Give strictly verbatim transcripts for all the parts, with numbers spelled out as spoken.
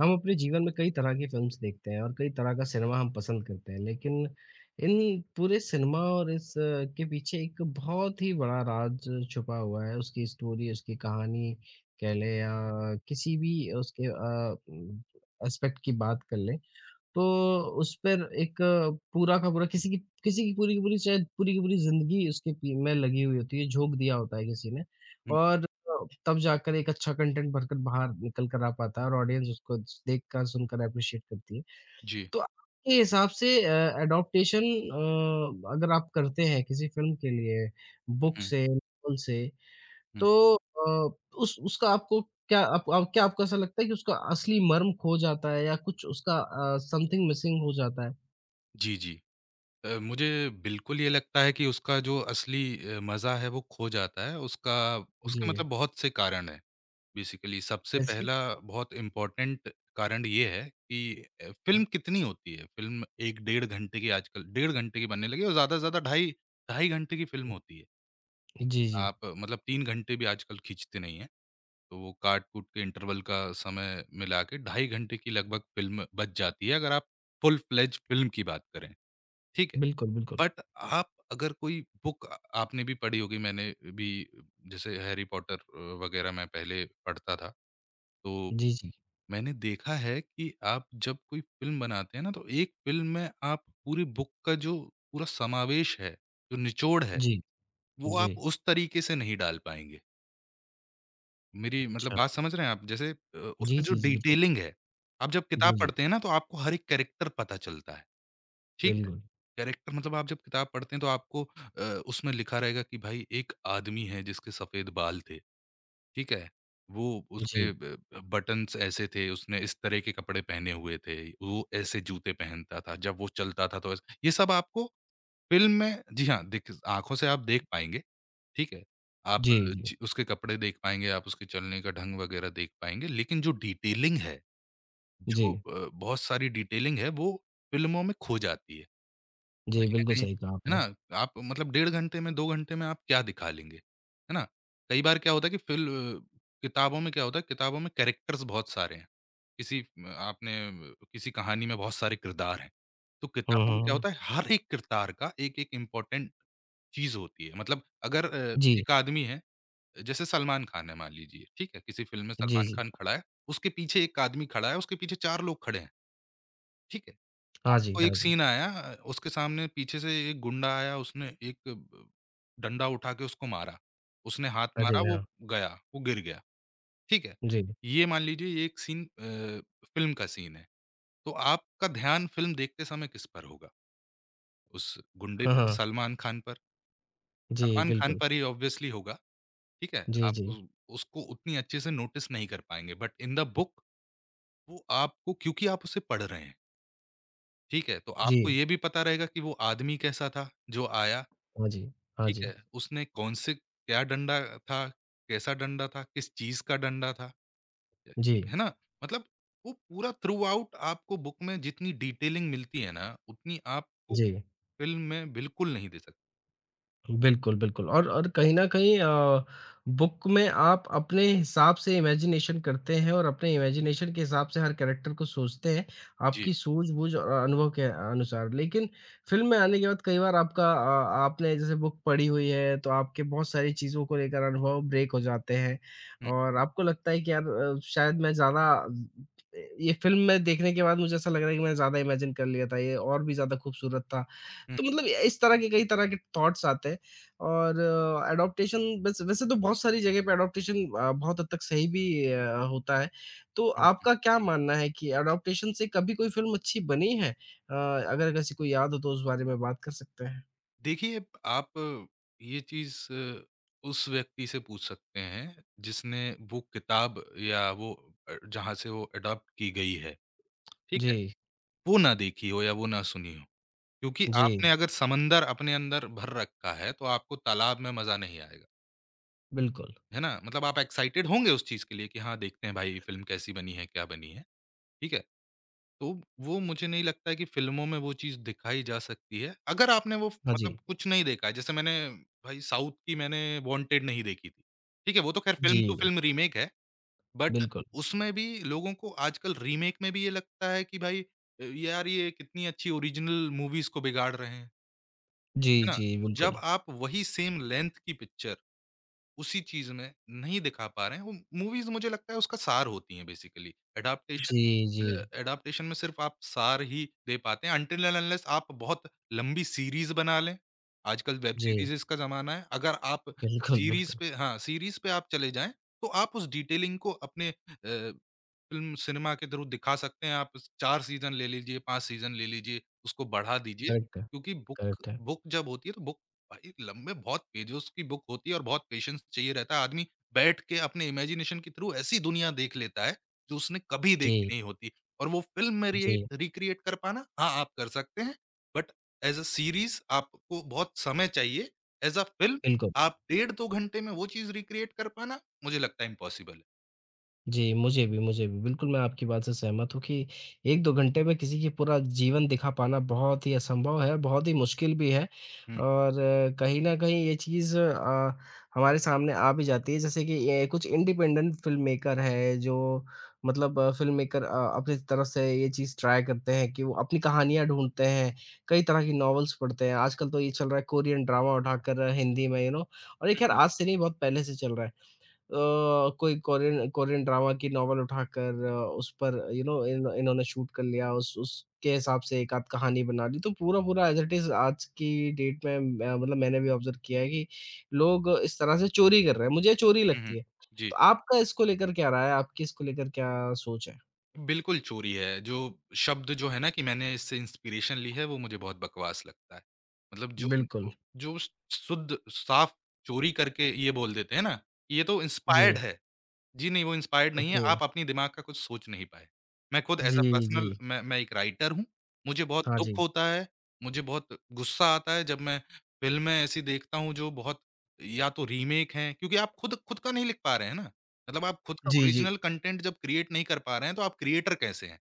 हम अपने जीवन में कई तरह की फ़िल्म्स देखते हैं और कई तरह का सिनेमा हम पसंद करते हैं। लेकिन इन पूरे सिनेमा और इस अ, के पीछे एक बहुत ही बड़ा राज़ छुपा हुआ है। उसकी स्टोरी, उसकी कहानी कह लें या किसी भी उसके अ, एस्पेक्ट की बात कर लें। तो उस पर एक पूरा का पूरा किसी की किसी की पूरी की पूरी शायद पूरी की पूरी ज़िंदगी उसके पी में लगी हुई होती है, झोंक दिया होता है किसी ने हुँ, और तब जाकर एक अच्छा कंटेंट बनकर बाहर निकल कर आ पाता है और ऑडियंस उसको देख कर, सुनकर एप्रिशिएट करती है। जी। तो आपके हिसाब से अ, एडॉप्टेशन अ, अगर आप करते हैं किसी फ़िल्म के लिए बुक हुँ, से, नॉवेल से हुँ। तो अ, उस उसका आपको क्या आप आप क्या आपको ऐसा लगता है कि उसका असली मर्म खो जाता है या कुछ उसका अ, समथिंग मिसिंग हो जाता है? जी, जी। अ, मुझे बिल्कुल ये लगता है कि उसका जो असली अ, मज़ा है वो खो जाता है। उसका जी। उसके मतलब बहुत से कारण हैं बेसिकली। सबसे कैसे? पहला बहुत इम्पोर्टेंट कारण ये है कि अ, फ़िल्म कितनी होती है? फ़िल्म एक डेढ़ घंटे की आजकल डेढ़ घंटे की बनने लगी है और ज़्यादा से ज़्यादा ढाई ढाई घंटे की फ़िल्म होती है। जी, जी। आप मतलब तीन घंटे भी आजकल खींचते नहीं हैं। तो वो काट-कूट के इंटरवल का समय मिला के ढाई घंटे की लगभग फ़िल्म बच जाती है अगर आप फुल फ्लेज्ड फ़िल्म की बात करें, ठीक है? बिल्कुल, बिल्कुल। बट आप अगर कोई बुक अ, आपने भी पढ़ी होगी मैंने भी जैसे हैरी पॉटर अ, वग़ैरह मैं पहले पढ़ता था, तो जी, जी। मैंने देखा है कि आप जब कोई फ़िल्म बनाते हैं ना तो एक फ़िल्म में आप पूरी बुक का जो पूरा समावेश है, जो निचोड़ है, जी, वो आप जी। उस तरीके से नहीं डाल पाएँगे। मेरी मतलब अच्छा। बात समझ रहे हैं आप? जैसे अ, जी, उसमें जो जी, जी, बिल्कुल। डिटेलिंग है, आप जब जी, किताब जी। पढ़ते हैं ना, तो आपको हर एक कैरेक्टर पता चलता है, ठीक है? बिल्कुल। कैरेक्टर मतलब आप जब किताब पढ़ते हैं, तो आपको अ, उसमें लिखा रहेगा कि भाई एक आदमी है जिसके सफ़ेद बाल थे, ठीक है? वो जी। उसके ब ब बटन्स ऐसे थे, उसने इस तरह के कपड़े पहने हुए थे, वो ऐसे जूते पहनता था, जब वो चलता था तो ऐस ये सब आपको फ़िल्म में जी हाँ, देख आँखों से आप देख पाएँगे, ठीक है? आप जी, जी। च उसके कपड़े देख पाएँगे, आप उसके चलने का ढंग वग़ैरह देख पाएँगे, लेकिन जो डिटेलिंग है, जी। जो अ, बहुत सारी डिटेलिंग है, वो फ़िल्मों में खो जाती है। जी, कहीं न बिल्कुल कहीं, सही कहा है आपने। ना? आप मतलब डेढ़ घंटे में, दो घंटे में आप क्या दिखा लेंगे, है ना? कई बार क्या होता है कि फ़िल किताबों में क्या होता है, किताबों में कैरेक्टर्स बहुत सारे हैं। किसी म आपने अ, किसी कहानी में बहुत सारे किरदार हैं। तो हुँ, किताबों में हुँ, क्या हुँ। होता है, हर एक किरदार का एक-एक इम्पोर्टेंट चीज़ होती है। मतलब अगर अ, जी। एक आदमी है, जैसे सलमान खान है मान लीजिए, ठीक है? किसी फ़िल्म में जी, सलमान जी। खान खड़ा है, उसके पीछे एक आदमी खड़ा है, उसके पीछे चार लोग खड़े हैं, ठीक है? हाँ जी, आपको हाँ एक जी। सीन आया अ, उसके सामने पीछे से एक गुंडा आया, उसने एक ब डंडा उठा के उसको मारा। उसने हाथ मारा, अरे वो हाँ! गया, वो गिर गया, ठीक है? जी। ये मान लीजिए ये एक सीन अ, फ़िल्म का सीन है, तो आपका ध्यान फ़िल्म देखते समय किस पर होगा? उस गुंडे हाँ, पर, हाँ। सलमान खान पर? जी, सलमान खान बिल्कुल। पर ही ऑब्वियसली होगा। ठीक है? जी, आप जी। उस उसको उतनी अच्छे से नोटिस नहीं कर पाएँगे बट इन द बुक वो आपको क्योंकि आप उसे पढ़ रहे हैं, ठीक है? तो जी। आपको ये भी पता रहेगा कि वो आदमी कैसा था जो आया, हाँ जी। हाँ ठीक जी। है? उसने कौन से क्या डंडा था, कैसा डंडा था, किस चीज़ का डंडा था, जी। है ना? मतलब वो पूरा थ्रूआउट आपको बुक में जितनी डिटेलिंग मिलती है ना, उतनी आपको Да. फ़िल्म में बिल्कुल नहीं दे सकती। बिल्कुल, बिल्कुल और और कहीं न कहीं अ, बुक में आप अपने हिसाब से इमेजिनेशन करते हैं और अपने इमेजिनेशन के हिसाब से हर कैरेक्टर को सोचते हैं, जी। आपकी सूझबूझ और अनुभव के अनुसार। लेकिन फ़िल्म में आने के बाद कई बार आपका अ, आपने जैसे बुक पढ़ी हुई है, तो आपके बहुत सारी चीज़ों को लेकर अनुभव ब्रेक हो जाते हैं हुँ, और आपको लगता है कि यार अ, शायद मैं ज़्यादा ये फ़िल्म में देखने के बाद मुझे ऐसा लग रहा है कि मैंने ज़्यादा इमेजिन कर लिया था, ये और भी ज़्यादा खूबसूरत था। हुँ, तो मतलब इस तरह के कई तरह के थॉट्स आते हैं। और एडॉप्टेशन वैसे वैसे तो बहुत सारी जगह पे एडॉप्टेशन अ, बहुत हद तक सही भी अ, होता है। तो हुँ। आपका क्या मानना है कि एडॉप्टेशन से कभी कोई फ़िल्म अच्छी बनी है? अ, अगर किसी को याद हो तो उस बारे में बात कर सकते हैं। देखिए, आप ये चीज़ उस व्यक्ति से पूछ सकते हैं जिसने वो किताब या वो अ, जहाँ से वो एडॉप्ट की गई है, ठीक है? जी, वो ना देखी हो या वो ना सुनी हो। क्योंकि आपने जी, अगर समंदर अपने अंदर भर रखा है तो आपको तालाब में मज़ा नहीं आएगा, बिल्कुल। है ना? मतलब आप एक्साइटेड होंगे उस चीज़ के लिए कि हाँ, देखते हैं भाई फ़िल्म कैसी बनी है, क्या बनी है, ठीक है? तो वो मुझे नहीं लगता है कि फ़िल्मों में वो चीज़ दिखाई जा सकती है। अगर आपने वो फ हाँ जी। मतलब कुछ नहीं देखा है, जैसे मैंने भाई साउथ की मैंने वांटेड नहीं देखी थी। ठीक है, वो तो ख़ैर फ़िल्म टू जी, फ़िल्म रीमेक है, बट बिल्कुल। उसमें भी लोगों को आजकल रीमेक में भी ये लगता है कि भाई अ, यार ये कितनी अच्छी ओरिजिनल मूवीज़ को बिगाड़ रहे हैं। जी, है ना? जी, तो जब बिल्कुल। आप वही सेम लेंथ की पिक्चर उसी चीज़ में नहीं दिखा पा रहे हैं। वो मूवीज़ मुझे लगता है उसका सार होती हैं बेसिकली। एडॉप्टेशन जी, जी, अ, एडॉप्टेशन में सिर्फ़ आप सार ही दे पाते हैं अनटिल एंड अनलेस आप बहुत लंबी सीरीज़ बना लें। आजकल वेब जी, सीरीज़ेज़ का ज़माना है। अगर आप बिल्कुल, सीरीज़ बिल्कुल। पे हाँ, सीरीज़ पे आप चले जाएँ, तो आप उस डिटेलिंग को अपने अ, फ़िल्म सिनेमा के थ्रू दिखा सकते हैं। आप चार सीज़न ले लीजिए, पांच सीज़न ले लीजिए, उसको बढ़ा दीजिए करेक्ट है, क्योंकि बुक करेक्ट है। बुक जब होती है तो बुक भाई लंबे बहुत पेजेस की बुक होती है और बहुत पेशेंस चाहिए रहता है। आदमी बैठ के अपने इमेजिनेशन के थ्रू ऐसी दुनिया देख लेता है जो उसने कभी देखी जी, नहीं होती और वो फ़िल्म में रि जी, रिक्रिएट कर पाना हाँ, आप कर सकते हैं। बट ऐज़ अ सीरीज़ आपको बहुत समय चाहिए। ऐज़ अ फ़िल्म बिल्कुल। आप डेढ़ दो घंटे में वो चीज़ रिक्रिएट कर पाना मुझे लगता है इम्पॉसिबल है। जी, मुझे भी, मुझे भी। बिल्कुल, मैं आपकी बात से सहमत हूँ कि एक दो घंटे में किसी की पूरा जीवन दिखा पाना बहुत ही असंभव है, बहुत ही मुश्किल भी है हुँ, और अ, कहीं न कहीं ये चीज़ अ, हमारे सामने आ भी जाती है। जैसे कि ये कुछ इंडिपेंडेंट फ़िल्म मेकर हैं जो मतलब फ़िल्म मेकर अ, अपनी तरफ से ये चीज़ ट्राई करते हैं कि वो अपनी कहानियाँ ढूँढते हैं, कई तरह की नॉवेल्स पढ़ते हैं। आजकल तो ये चल रहा है कोरियन ड्रामा उठाकर हिंदी में यू नो और ये हुँ, ख़ैर हुँ, आज से नहीं बहुत पहले से चल रहा है। अ, कोई कोरियन कोरियन ड्रामा की नॉवल उठाकर अ, उस पर यू नो इन इन्होंने शूट कर लिया उस उसके हिसाब से एक आध कहानी बना ली तो पूरा-पूरा एज़ इट इज़ आज की डेट में अ, मतलब मैंने भी ऑब्ज़र्व किया है कि लोग इस तरह से चोरी कर रहे हैं, मुझे चोरी हुँ, हुँ। लगती है। जी। तो आपका इसको लेकर क्या राय है? आपकी इसको लेकर क्या सोच है? बिल्कुल चोरी है। जो शब्द जो है ना कि मैंने इससे इंस्पिरेशन ली है, वो मुझे बहुत बकवास लगता है। मतलब जो बिल्कुल, जो शुद्ध साफ चोरी करके ये बोल देते हैं ना, कि ये तो इंस्पायर्ड जी, है। जी, नहीं, वो इंस्पायर्ड नहीं है, ओके, आप अपनी दिमाग का कुछ सोच नहीं पाए। मैं खुद जी। ऐज़ जी, अ जी, पर्सनल मैं मैं एक राइटर हूँ, मुझे बहुत जी। हाँ दुःख जी। होता है, मुझे बहुत गुस्सा आता है जब मैं फ़िल्में ऐसी देखता हूँ जो बहुत या तो रीमेक हैं क्योंकि आप खुद खुद का नहीं लिख पा रहे हैं ना, मतलब आप खुद का जी, जी, ओरिजिनल कंटेंट जब क्रिएट नहीं कर पा रहे हैं, तो आप क्रिएटर कैसे हैं?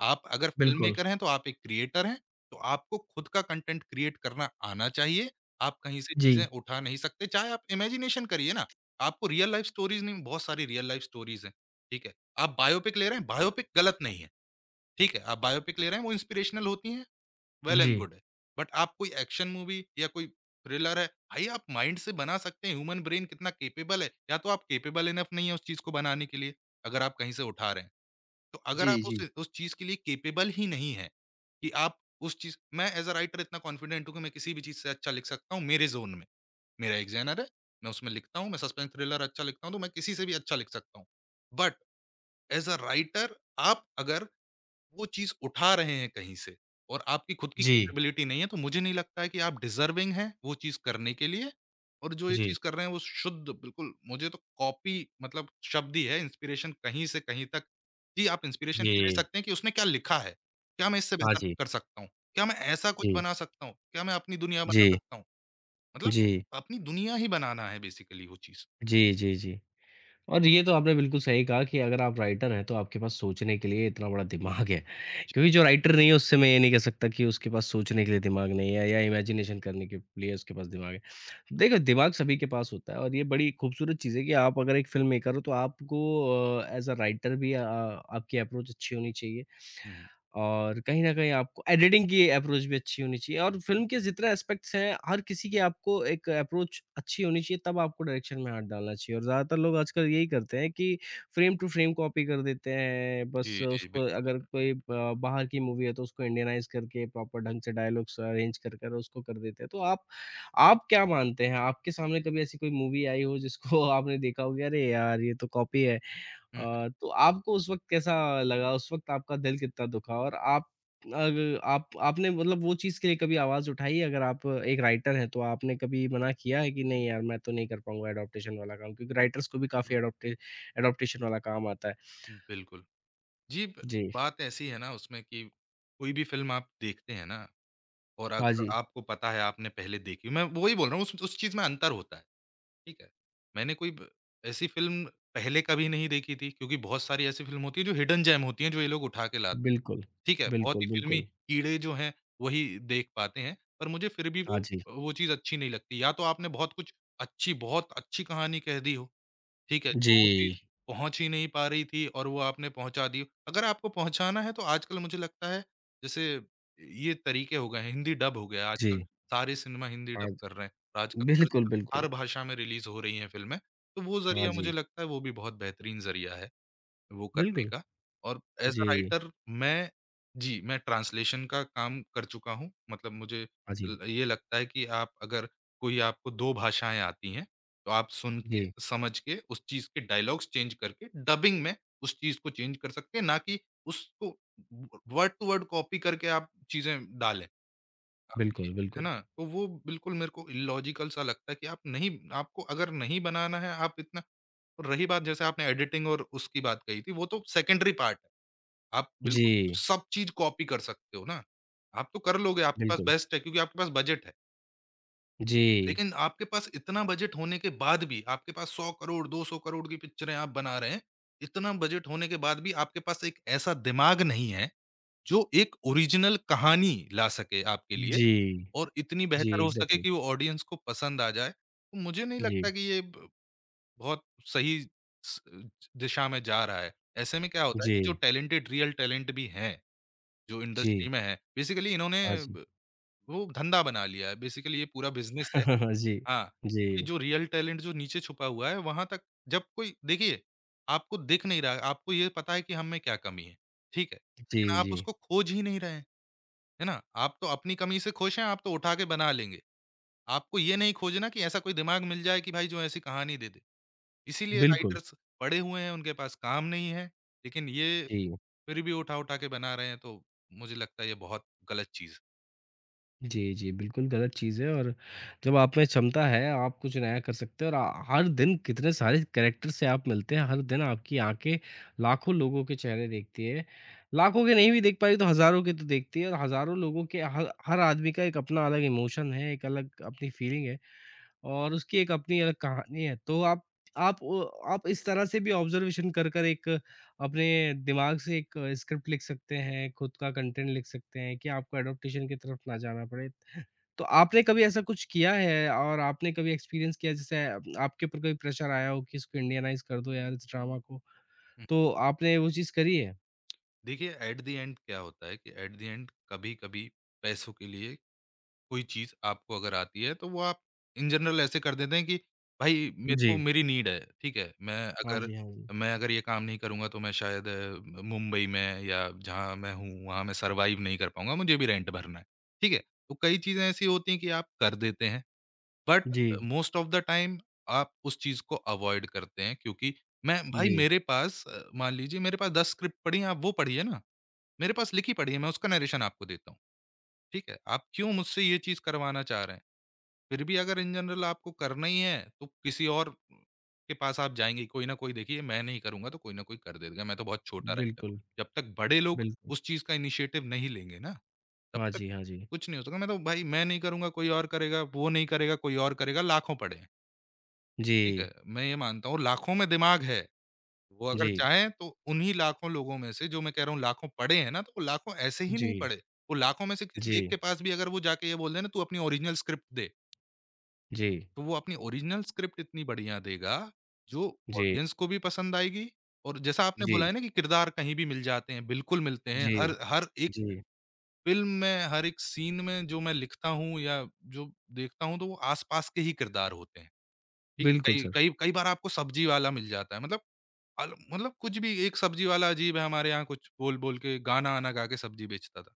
आप अगर फ़िल्म बिल्कुल, मेकर हैं, तो आप एक क्रिएटर हैं, तो आपको खुद का कंटेंट क्रिएट करना आना चाहिए, आप कहीं से जी, चीज़ें उठा नहीं सकते, चाहे आप इमेजिनेशन करिए ना, आपको रियल लाइफ स्टोरीज़ नहीं बहुत सारी रियल लाइफ स्टोरीज़ हैं, ठीक है? आप बायोपिक ले रहे हैं, बायोपिक गलत नहीं है, ठीक है? आप बायोपिक ले रहे हैं वो इंस्पिरेशनल होती हैं, वेल जी। एंड गुड है। बट आप कोई एक्शन मूवी या कोई थ्रिलर है, भाई आप माइंड से बना सकते हैं, ह्यूमन ब्रेन कितना कैपेबल है, या तो आप कैपेबल इनफ नहीं है उस चीज़ को बनाने के लिए, अगर आप कहीं से उठा रहे हैं। तो अगर जी, आप उस जी, उस चीज़ के लिए कैपेबल ही नहीं हैं, कि आप उस चीज़ मैं एज़ अ राइटर इतना कॉन्फिडेंट हूँ कि मैं किसी भी चीज़ से अच्छा लिख सकता हूँ मेरे ज़ोन में। मेरा एग्जामिनर है, मैं उसमें लिखता हूँ, मैं सस्पेंस थ्रिलर अच्छा लिखता हूँ, तो मैं किसी से भी अच्छा लिख सकता हूँ। बट एज़ अ राइटर आप अगर वो चीज़ उठा रहे हैं कहीं से और आपकी खुद की जी, कैपेबिलिटी नहीं है, तो मुझे नहीं लगता है कि आप डिज़र्विंग हैं वो चीज़ करने के लिए और जो ये जी, चीज़ कर रहे हैं वो शुद्ध बिल्कुल मुझे तो कॉपी मतलब शब्द ही है इंस्पिरेशन कहीं से कहीं तक कि आप इंस्पिरेशन ये ले जी, सकते हैं कि उसने क्या लिखा है? क्या मैं इससे हाँ बेहतर जी, कर सकता हूँ? क्या मैं ऐसा कुछ जी, बना सकता हूँ? क्या मैं अपनी दुनिया बना जी। सकता हूँ? मतलब जी। अपनी दुनिया ही बनाना है बेसिकली वो चीज़। जी, जी, जी। और ये तो आपने बिल्कुल सही कहा कि अगर आप राइटर हैं, तो आपके पास सोचने के लिए इतना बड़ा दिमाग है। जी। क्योंकि जो राइटर नहीं है, उससे मैं ये नहीं कह सकता कि उसके पास सोचने के लिए दिमाग नहीं है या इमेजिनेशन करने के लिए उसके पास दिमाग है। देखो, दिमाग सभी के पास होता है और ये बड़ी खूबसूरत चीज़ है कि आप अगर एक फ़िल्म मेकर हो, तो आपको अ, एज़ अ राइटर भी अ, आपकी अप्रोच अच्छी होनी चाहिए। हुँ, हुँ। और कहीं न कहीं आपको एडिटिंग की अप्रोच भी अच्छी होनी चाहिए और फ़िल्म के जितने एस्पेक्ट्स हैं, हर किसी की आपको एक अप्रोच अच्छी होनी चाहिए, तब आपको डायरेक्शन में हाथ डालना चाहिए और ज़्यादातर लोग आजकल यही करते हैं कि फ्रेम टू फ्रेम कॉपी कर देते हैं, बस जी, जी, उसको बिल्कुल। अगर कोई ब बाहर की मूवी है, तो उसको इंडियनाइज़ करके प्रॉपर ढंग से डायलॉग्स अरेंज कर, कर उसको कर देते हैं। तो आप आप क्या मानते हैं? आपके सामने कभी ऐसी कोई मूवी आई हो, जिसको आपने देखा हो कि अरे यार! ये तो कॉपी है। अ, हुँ, तो आपको उस वक़्त कैसा लगा? उस वक़्त आपका दिल कितना दुखा और आप अग आप आपने मतलब वो चीज़ के लिए कभी आवाज़ उठाई है? अगर आप एक राइटर हैं, तो आपने कभी मना किया है कि नहीं यार, मैं तो नहीं कर पाऊँगा एडॉप्टेशन वाला काम? क्योंकि राइटर्स को भी काफ़ी एडॉप्टे एडॉप्टेशन वाला काम आता है। हुँ, बिल्कुल। जी, ब जी। बात ऐसी है ना उसमें कि कोई भी फ़िल्म आप देखते हैं ना और हाँ अगर जी, आपको पता है आपने पहले देखी मैं वही बोल रहा हूँ उस उस चीज़ में अंतर होता है। ठीक है। मैंने कोई ब ऐसी फ़िल्म पहले कभी नहीं देखी थी क्योंकि बहुत सारी ऐसी फ़िल्म होती है जो हिडन जेम होती हैं जो ये लोग उठा के लाते हैं। बिल्कुल। ठीक है, बहुत ही बिल्कुल, फ़िल्मी बिल्कुल। कीड़े जो हैं वही देख पाते हैं, पर मुझे फिर भी हाँ वो जी। वो चीज़ अच्छी नहीं लगती। या तो आपने बहुत कुछ अच्छी बहुत अच्छी कहानी कह दी हो ठीक है, जो जी। वो चीज़ पहुँच ही नहीं पा रही थी और वो आपने पहुँचा दी। अगर आपको पहुँचाना है तो आजकल मुझे लगता है जैसे ये तरीके हो गए हैं, हिंदी डब हो गया है, जी। आजकल सारे सिनेमा हिंदी डब हाँ ज कर रहे हैं और आजकल हर बिल्कुल, बिल्कुल। हर भाषा में रिलीज़ हो रही हैं फ़िल्में, तो वो हाँ ज़रिया मुझे जी। लगता है वो भी बहुत बेहतरीन ज़रिया है। वो करने बिल्कुल। का और एज़ अ जी। राइटर मैं जी, मैं ट्रांसलेशन का काम कर चुका हूँ। मतलब मुझे हाँ जी। ल ये लगता है कि आप अगर कोई आपको दो भाषाएँ आती हैं, तो आप सुन के, जी। समझ के, उस चीज़ के डायलॉग्स चेंज करके डबिंग में उस चीज़ को चेंज कर सकते हैं, ना कि उसको व वर्ड टू वर्ड कॉपी करके आप चीज़ें डालें। आप ये बिल्कुल, है बिल्कुल। ना? तो वो बिल्कुल मेरे को इलॉजिकल सा लगता है कि आप नहीं आपको अगर नहीं बनाना है, आप इतना और रही बात जैसे आपने एडिटिंग और उसकी बात कही थी, वो तो सेकेंडरी पार्ट है। आप जी। बिल्कुल सब चीज़ कॉपी कर सकते हो ना। आप तो कर लोगे, आपके पास बिल्कुल। बेस्ट है क्योंकि आपके पास बजट है। जी। लेकिन आपके पास इतना बजट होने के बाद भी आपके पास सौ करोड़, दो सौ करोड़ की पिक्चरें आप बना रहे हैं। इतना बजट होने के बाद भी आपके पास एक ऐसा दिमाग नहीं है, जो एक ओरिजिनल कहानी ला सके आपके लिए जी, और इतनी जी, बेहतर हो सके एग्ज़ैक्टली। कि वो ऑडियंस को पसंद आ जाए। तो मुझे नहीं लगता जी, कि ये ब बहुत सही स दिशा में जा रहा है। ऐसे में क्या होता है कि जो जी, टैलेंटेड रियल टैलेंट भी हैं, जो इंडस्ट्री जी, में हैं, बेसिकली इन्होंने हाँ जी। ब वो धंधा बना लिया है, बेसिकली ये पूरा बिज़नेस है। जी, हाँ, जी, कि जो रियल टैलेंट जो नीचे छुपा हुआ है, वहाँ तक जब कोई देखिए, आपको दिख नहीं रहा है, आपको ये पता है कि हम में क्या कमी है, ठीक है? जी, लेकिन आप जी, उसको खोज ही नहीं रहे हैं, है ना? आप तो अपनी कमी से खुश हैं, आप तो उठा के बना लेंगे। आपको ये नहीं खोजना कि ऐसा कोई दिमाग मिल जाए कि भाई जो ऐसी कहानी दे दे। इसीलिए बिल्कुल। राइटर्स पढ़े हुए हैं, उनके पास काम नहीं है, लेकिन ये जी, फिर भी उठा-उठा के बना रहे हैं, तो मुझे लगता है ये बहुत गलत चीज़ है। जी, जी, बिल्कुल गलत चीज़ है और जब आप में क्षमता है, आप कुछ नया कर सकते हैं और अ, हर दिन कितने सारे कैरेक्टर से आप मिलते हैं, हर दिन आपकी आँखें लाखों लोगों के चेहरे देखती है। लाखों के नहीं भी देख पाई तो हज़ारों के तो देखती है और हज़ारों लोगों के हर हर आदमी का एक अपना अलग इमोशन है, एक अलग अपनी फीलिंग है। और उसकी एक अपनी अलग कहानी है। तो आप आप ओ आप इस तरह से भी ऑब्ज़र्वेशन कर, कर एक अपने दिमाग से एक स्क्रिप्ट लिख सकते हैं, खुद का कंटेंट लिख सकते हैं कि आपको एडॉप्टेशन की तरफ ना जाना पड़े। तो आपने कभी ऐसा कुछ किया है और आपने कभी एक्सपीरियंस किया जैसे आप- आपके ऊपर कोई प्रेशर आया हो कि इसको इंडियनाइज़ कर दो यार इस ड्रामा को, हुँ। तो आपने वो चीज़ करी है? देखिए एट द एंड क्या होता है कि एट द एंड कभी-कभी पैसों के लिए कोई चीज़ आपको अगर आती है, तो वो आप इन जनरल ऐसे कर देते हैं कि भाई मेरे जी। को मेरी नीड है, ठीक है? मैं हाँ अगर जी, हाँ जी। मैं अगर ये काम नहीं करूँगा तो मैं शायद अ, मुंबई में या जहाँ मैं हूँ, वहाँ मैं सर्वाइव नहीं कर पाऊँगा, मुझे भी रेंट भरना है, ठीक है? तो कई चीज़ें ऐसी होती हैं कि आप कर देते हैं। बट जी, मोस्ट ऑफ द टाइम आप उस चीज़ को अवॉइड करते हैं क्योंकि मैं भाई जी। मेरे पास अ, मान लीजिए मेरे पास दस स्क्रिप्ट पड़ी हैं, आप वो पढ़िए ना। मेरे पास लिखी पड़ी है, मैं उसका नैरेशन आपको देता हूँ, ठीक है? आप क्यों मुझसे ये चीज़ करवाना चाह रहे हैं? फिर भी अगर इन जनरल आपको करना ही है, तो किसी और के पास आप जाएँगे ही, कोई न कोई देखिए मैं नहीं करूँगा तो कोई न कोई कर देगा, मैं तो बहुत छोटा राइटर हूँ। बिल्कुल, जब तक बड़े लोग बिल्कुल। उस चीज़ का इनिशिएटिव नहीं लेंगे ना, तब हाँ तक जी, हाँ जी। कुछ नहीं हो सका। मैं तो भाई मैं नहीं करूँगा कोई और करेगा, वो नहीं करेगा कोई और करेगा, लाखों पड़े हैं। ठीक है, जी, मैं ये मानता हूँ लाखों में दिमाग है। वो अगर जी, चाहें तो उन्हीं लाखों लोगों में से जो मैं कह रहा हूँ लाखों पढ़े हैं ना, तो वो लाखों ऐसे ही नहीं जी, पढ़े। वो लाखों में से किसी एक जी, के पास भी अगर वो जाके ये बोल दें ना तू अपनी ओरिजिनल स्क्रिप्ट दे, जी। तो वो अपनी ओरिजिनल स्क्रिप्ट इतनी बढ़िया देगा जो जी, ऑडियंस को भी पसंद आएगी और जैसा आपने बोला जी, है ना कि किरदार कहीं भी मिल जाते हैं, बिल्कुल मिलते हैं। जी, हर हर एक जी। फ़िल्म में, हर एक सीन में जो मैं लिखता हूँ या जो देखता हूँ तो वो आस-पास के ही किरदार होते हैं। ठीक है, बिल्कुल कई सर। कई कई बार आपको सब्जी वाला मिल जाता है मतलब अल मतलब कुछ भी एक सब्जी वाला अजीब है हमारे यहाँ कुछ बोल-बोल के गाना-वाना गा के सब्जी बेचता था।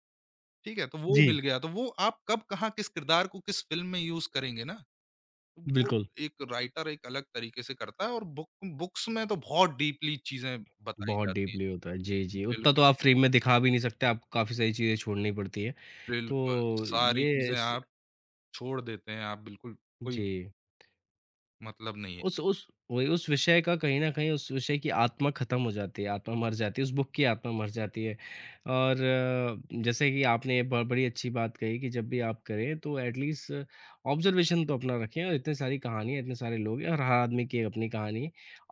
ठीक है? तो वो जी, मिल गया, तो वो आप कब कहाँ किस किरदार को किस फ़िल्म में यूज़ करेंगे ना, तो वो बिल्कुल। एक राइटर एक अलग तरीके से करता है और बुक बुक्स में तो बहुत डीपली चीज़ें बताई बहुत जाती डीपली हैं। होता है। जी, जी, उतना तो आप बिल्कुल, फ्री में दिखा भी नहीं सकते, आपको काफ़ी सारी चीज़ें छोड़नी पड़ती हैं। बिल्कुल। तो सारी ये चीज़ें इस आप छोड़ देते हैं, आप बिल्कुल कोई जी। मतलब नहीं है। उस उस वही उस विषय का कहीं न कहीं उस विषय की आत्मा ख़त्म हो जाती है, आत्मा मर जाती है, उस बुक की आत्मा मर जाती है। और अ, जैसे कि आपने ये ब बड़ी अच्छी बात कही कि जब भी आप करें तो एट लीस्ट ऑब्ज़र्वेशन तो अपना रखें और इतनी सारी कहानियाँ, इतने सारे लोग हैं और हर आदमी की एक अपनी कहानी है।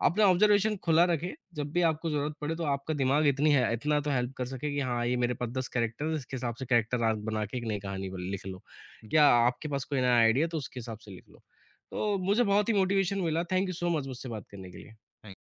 अपना ऑब्ज़र्वेशन खुला रखें, जब भी आपको ज़रूरत पड़े तो आपका दिमाग इतनी है इतना तो हेल्प कर सके कि हाँ, ये मेरे पास दस कैरेक्टर हैं, इसके हिसाब से कैरेक्टर आर्क बना के एक नई कहानी ब लिख लो। जी, या आपके पास कोई नया आइडिया है तो उसके हिसाब से लिख लो। तो मुझे बहुत ही मोटिवेशन मिला। थैंक यू सो मच मुझसे बात करने के लिए। थैंक